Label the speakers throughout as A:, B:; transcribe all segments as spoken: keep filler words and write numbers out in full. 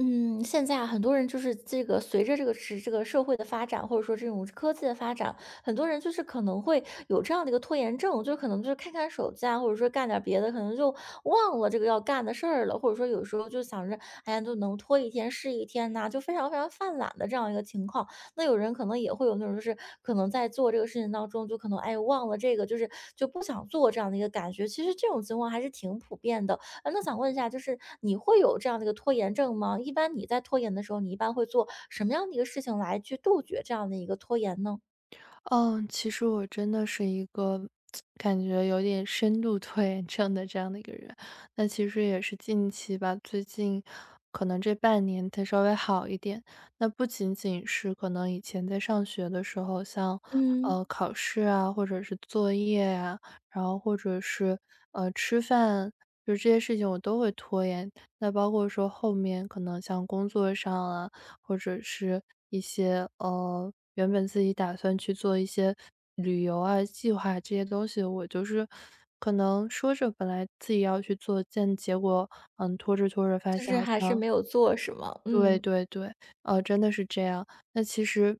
A: 嗯，现在啊，很多人就是这个随着这个时这个社会的发展，或者说这种科技的发展，很多人就是可能会有这样的一个拖延症，就可能就是看看手机啊，或者说干点别的，可能就忘了这个要干的事儿了，或者说有时候就想着，哎呀，就能拖一天是一天呐、就非常非常犯懒的这样一个情况。那有人可能也会有那种，就是可能在做这个事情当中，就可能哎忘了这个，就是就不想做这样的一个感觉。其实这种情况还是挺普遍的，啊那想问一下，就是你会有这样的一个拖延症吗？一般你在拖延的时候，你一般会做什么样的一个事情来去杜绝这样的一个拖延呢？
B: 嗯，其实我真的是一个感觉有点深度拖延症的这样的一个人。那其实也是近期吧，最近可能这半年才稍微好一点。那不仅仅是可能以前在上学的时候，像
A: 嗯，
B: 呃考试啊，或者是作业呀、然后或者是呃吃饭，就这些事情我都会拖延。那包括说后面可能像工作上啊，或者是一些呃，原本自己打算去做一些旅游啊、计划这些东西，我就是可能说着本来自己要去做，但结果嗯拖着拖着发
A: 就
B: 现
A: 是
B: 好
A: 还是
B: 像
A: 没有做是吗？
B: 对
A: 嗯。
B: 对对，呃，真的是这样。那其实，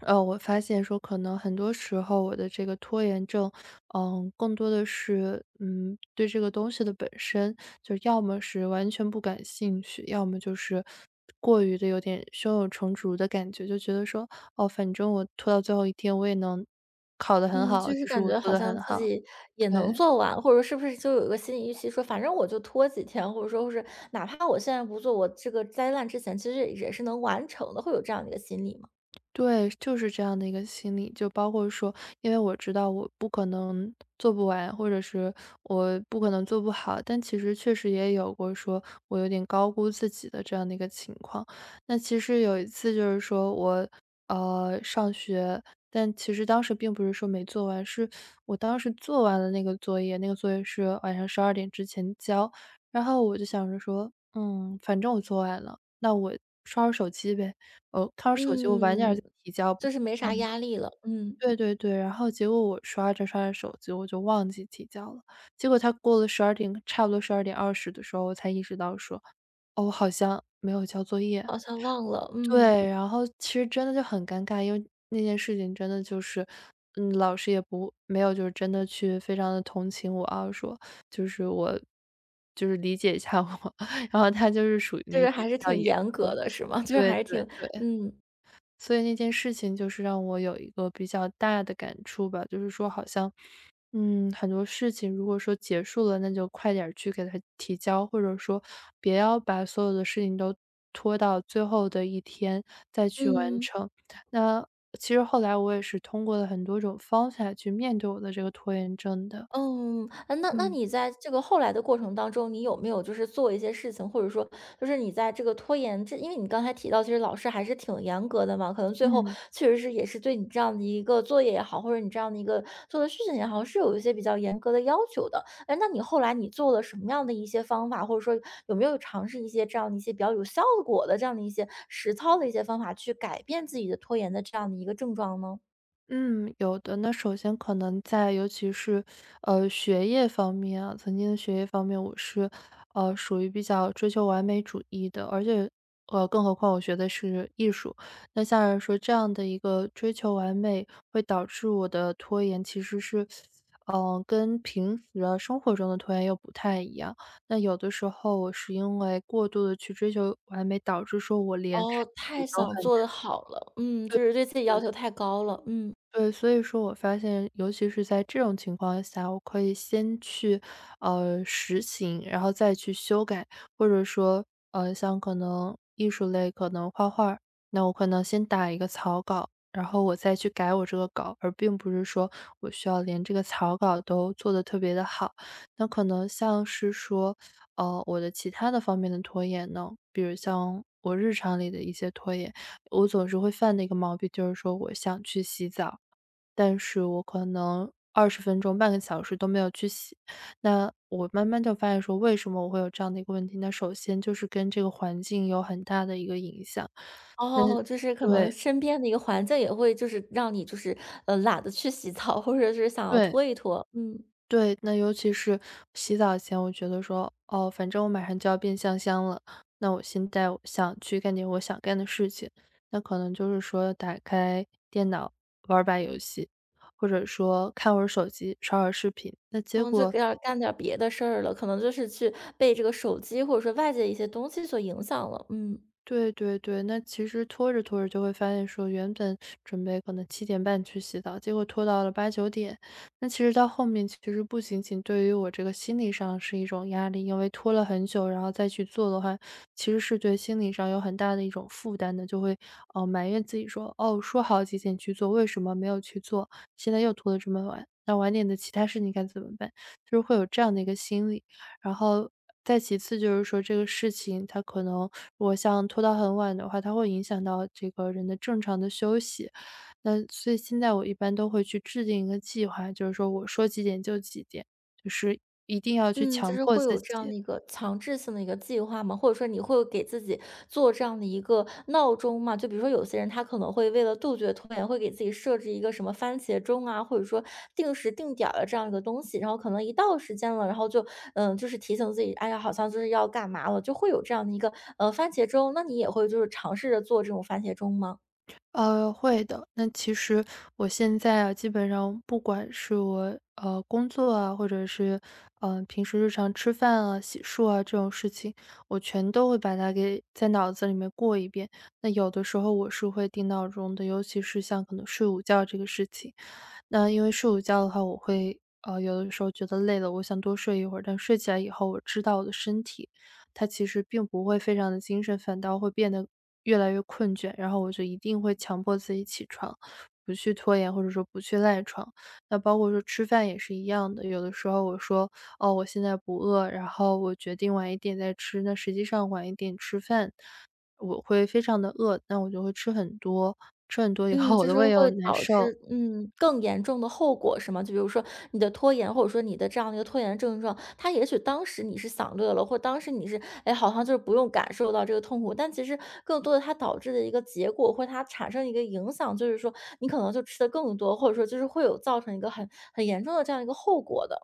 B: 呃，我发现说，可能很多时候我的这个拖延症，嗯，更多的是，嗯，对这个东西的本身，就要么是完全不感兴趣，要么就是过于的有点胸有成竹的感觉，就觉得说，哦，反正我拖到最后一天，我也能考得很
A: 嗯，就
B: 好，
A: 是
B: 就是
A: 感
B: 我
A: 觉
B: 做
A: 好
B: 得
A: 像
B: 很
A: 自
B: 好，
A: 己也
B: 对。
A: 能做完，或者是不是就有一个心理预期说，反正我就拖几天，或者说是哪怕我现在不做，我这个灾难之前其实也是能完成的，会有这样的一个心理吗？
B: 对，就是这样的一个心理，就包括说，因为我知道我不可能做不完，或者是我不可能做不好，但其实确实也有过说我有点高估自己的这样的一个情况。那其实有一次就是说我呃上学，但其实当时并不是说没做完，是我当时做完了那个作业，那个作业是晚上十二点之前交，然后我就想着说，嗯，反正我做完了，那我刷刷手机呗。呃，他说手机我晚点儿再
A: 嗯，
B: 提交吧。
A: 就是没啥压力了，嗯，
B: 对对对，然后结果我刷着刷着手机，我就忘记提交了。结果他过了十二点，差不多十二点二十的时候，我才意识到说，哦，我好像没有交作业。
A: 好像忘了，嗯。
B: 对，然后其实真的就很尴尬，因为那件事情真的就是，嗯，老师也不没有就是真的去非常的同情我啊，说就是我就是理解一下我，然后他就是属于那
A: 就是
B: 种
A: 还是
B: 比较
A: 挺
B: 严
A: 严格
B: 苛。
A: 的是吗？就是
B: 对
A: 还是
B: 对
A: 挺
B: 对。
A: 嗯，
B: 所以那件事情就是让我有一个比较大的感触吧，就是说好像，嗯，很多事情如果说结束了，那就快点儿去给它提交，或者说别要把所有的事情都拖到最后的一天再去完
A: 嗯。
B: 成。那其实后来我也是通过了很多种方法去面对我的这个拖延症的，
A: 嗯，呃那那
B: 嗯。
A: 你在这个后来的过程当中，你有没有就是做一些事情，或者说就是你在这个拖延这因为你刚才提到，其实老师还是挺严格的嘛，可能最后
B: 嗯，
A: 确实是也是对你这样的一个作业也好，或者你这样的一个做的事情也好，是有一些比较严格的要求的。哎，那你后来你做了什么样的一些方法，或者说有没有尝试一些这样的一些比较有效果的这样的一些实操的一些方法，去改变自己的拖延的这样的一个症状呢？
B: 嗯，有的。那首先可能在尤其是，呃，学业方面啊，曾经的学业方面，我是，呃，属于比较追求完美主义的，而且，呃，更何况我学的是艺术。那像来说这样的一个追求完美，会导致我的拖延其实是，嗯跟平时啊生活中的拖延又不太一样。那有的时候我是因为过度的去追求完美，导致说我连开
A: 哦，
B: 始
A: 太
B: 都
A: 想
B: 很难
A: 做得好了，嗯，就是对自己要求太高了，嗯。
B: 对，所以说我发现，尤其是在这种情况下，我可以先去，呃，实行，然后再去修改，或者说，呃，像可能艺术类，可能画画那我可能先打一个草稿，然后我再去改我这个稿，而并不是说我需要连这个草稿都做得特别的好。那可能像是说，呃，我的其他的方面的拖延呢，比如像我日常里的一些拖延，我总是会犯的一个毛病，就是说我想去洗澡，但是我可能二十分钟、半个小时都没有去洗。那我慢慢就发现说，为什么我会有这样的一个问题？那首先就是跟这个环境有很大的一个影响，那
A: 哦，就是可能
B: 对，
A: 身边的一个环境也会就是让你就是，呃，懒得去洗澡，或者是想要
B: 对。
A: 拖一拖，嗯，
B: 对，那尤其是洗澡前，我觉得说，哦，反正我马上就要变香香了，那我现在我想去干点我想干的事情，那可能就是说打开电脑玩儿把游戏，或者说看会儿手机，刷会儿视频。那结
A: 嗯，就给
B: 果
A: 点儿干点儿别的事儿了，可能就是去被这个手机或者说外界的一些东西所影响了，嗯。
B: 对对对，那其实拖着拖着就会发现说，原本准备可能七点半去洗澡，结果拖到了八九点。那其实到后面其实不仅仅对于我这个心理上是一种压力，因为拖了很久，然后再去做的话，其实是对心理上有很大的一种负担的，就会，呃，埋怨自己说：“哦，说好几点去做，为什么没有去做？现在又拖得这么晚，那晚点的其他事情该怎么办？”就是会有这样的一个心理。然后再其次就是说这个事情它可能如果像拖到很晚的话，它会影响到这个人的正常的休息。那所以现在我一般都会去制定一个计划，就是说我说几点就几点，就是一定要去
A: 嗯，就
B: 强
A: 是
B: 迫
A: 会有
B: 自
A: 这样的
B: 己。
A: 一个强制性的一个计划吗？或者说你会给自己做这样的一个闹钟吗？就比如说有些人他可能会为了杜绝拖延，会给自己设置一个什么番茄钟啊，或者说定时定点儿的这样一个东西，然后可能一到时间了，然后就嗯，就是提醒自己，哎呀，好像就是要干嘛了，就会有这样的一个呃番茄钟。那你也会就是尝试着做这种番茄钟吗？
B: 呃，会的。那其实我现在啊，基本上不管是我呃工作啊，或者是嗯呃平时日常吃饭啊、洗漱啊这种事情，我全都会把它给在脑子里面过一遍。那有的时候我是会定闹钟的，尤其是像可能睡午觉这个事情，那因为睡午觉的话，我会呃，有的时候觉得累了，我想多睡一会儿，但睡起来以后，我知道我的身体，它其实并不会非常的精神，反倒会变得越来越困倦，然后我就一定会强迫自己起床，不去拖延，或者说不去赖床。那包括说吃饭也是一样的，有的时候我说：“哦，我现在不饿。”然后我决定晚一点再吃，那实际上晚一点吃饭，我会非常的饿，那我就会吃很多，吃很多以
A: 嗯，
B: 后我
A: 就
B: 的
A: 是
B: 胃
A: 会
B: 又难
A: 导
B: 受。
A: 致，嗯，更严重的后果是吗？就比如说你的拖延，或者说你的这样的一个拖延症状，它也许当时你是享乐了，或当时你是，哎，好像就是不用感受到这个痛苦，但其实更多的它导致的一个结果，或它产生一个影响，就是说你可能就吃的更多，或者说就是会有造成一个很很严重的这样一个后果的。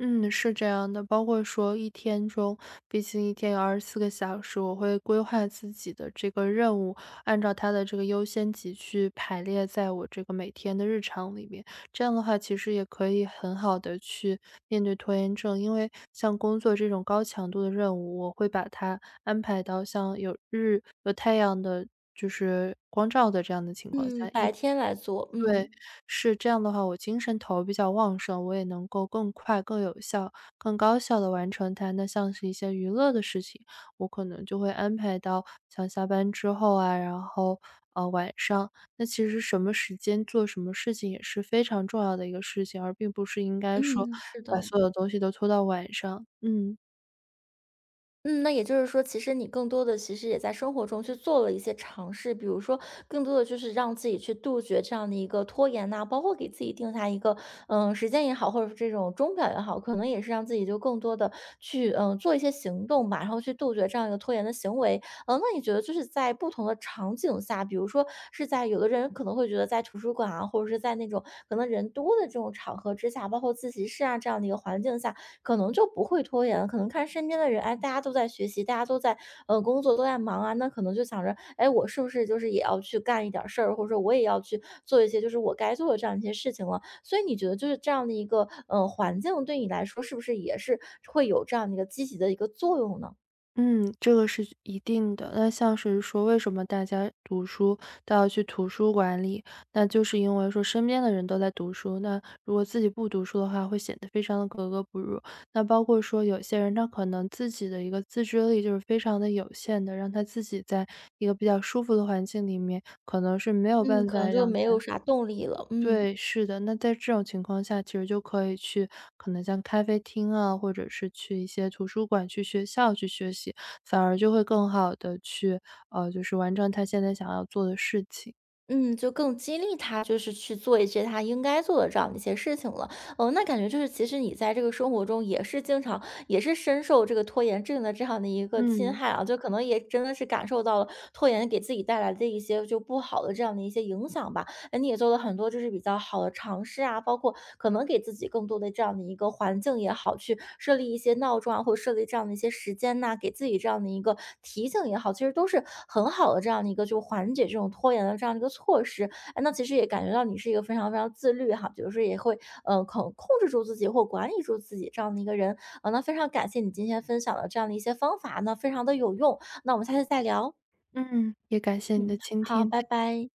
B: 嗯，是这样的，包括说一天中，毕竟一天有二十四个小时，我会规划自己的这个任务，按照它的这个优先级去排列在我这个每天的日常里面。这样的话，其实也可以很好的去面对拖延症，因为像工作这种高强度的任务，我会把它安排到像有日有太阳的，就是光照的这样的情况
A: 嗯，
B: 下，一
A: 白天来做，
B: 对，
A: 嗯
B: 是这样的话，我精神头比较旺盛，我也能够更快、更有效、更高效的完成它。那像是一些娱乐的事情，我可能就会安排到像下班之后啊，然后，呃，晚上。那其实什么时间做什么事情也是非常重要的一个事情，而并不是应该嗯说
A: 嗯，是
B: 把
A: 的，
B: 所有东西都拖到晚上。嗯。
A: 嗯，那也就是说，其实你更多的其实也在生活中去做了一些尝试，比如说更多的就是让自己去杜绝这样的一个拖延呐、包括给自己定下一个嗯时间也好，或者是这种钟表也好，可能也是让自己就更多的去嗯做一些行动吧，然后去杜绝这样一个拖延的行为。呃，那你觉得就是在不同的场景下，比如说是在有的人可能会觉得在图书馆啊，或者是在那种可能人多的这种场合之下，包括自习室啊这样的一个环境下，可能就不会拖延了。可能看身边的人，哎，大家都在学习，大家都在呃工作，都在忙啊，那可能就想着，哎，我是不是就是也要去干一点儿事儿，或者说我也要去做一些就是我该做的这样一些事情了。所以你觉得就是这样的一个呃环境对你来说，是不是也是会有这样的一个积极的一个作用呢？
B: 嗯，这个是一定的。那像是说为什么大家读书都要去图书馆里，那就是因为说身边的人都在读书，那如果自己不读书的话，会显得非常的格格不入。那包括说有些人他可能自己的一个自制力就是非常的有限的，让他自己在一个比较舒服的环境里面，可能是没有
A: 嗯，
B: 办
A: 可能
B: 法
A: 就
B: 让
A: 没
B: 他
A: 有啥动力了，嗯，
B: 对，是的。那在这种情况下，其实就可以去可能像咖啡厅啊，或者是去一些图书馆、去学校去学习，反而就会更好的去，呃，就是完成他现在想要做的事情。
A: 嗯，就更激励他就是去做一些他应该做的这样的一些事情了。哦，那感觉就是其实你在这个生活中也是经常也是深受这个拖延症的这样的一个侵
B: 嗯，
A: 害啊，就可能也真的是感受到了拖延给自己带来的一些就不好的这样的一些影响吧。那你也做了很多就是比较好的尝试啊，包括可能给自己更多的这样的一个环境也好，去设立一些闹钟啊，或者设立这样的一些时间呐、给自己这样的一个提醒也好，其实都是很好的这样的一个就缓解这种拖延的这样的一个措施。哎，那其实也感觉到你是一个非常非常自律哈，比如说也会呃控控制住自己或管理住自己这样的一个人啊、呃那非常感谢你今天分享的这样的一些方法，那非常的有用。那我们下次再聊，
B: 嗯，也感谢你的
A: 嗯，
B: 倾
A: 好，
B: 听，
A: 拜拜。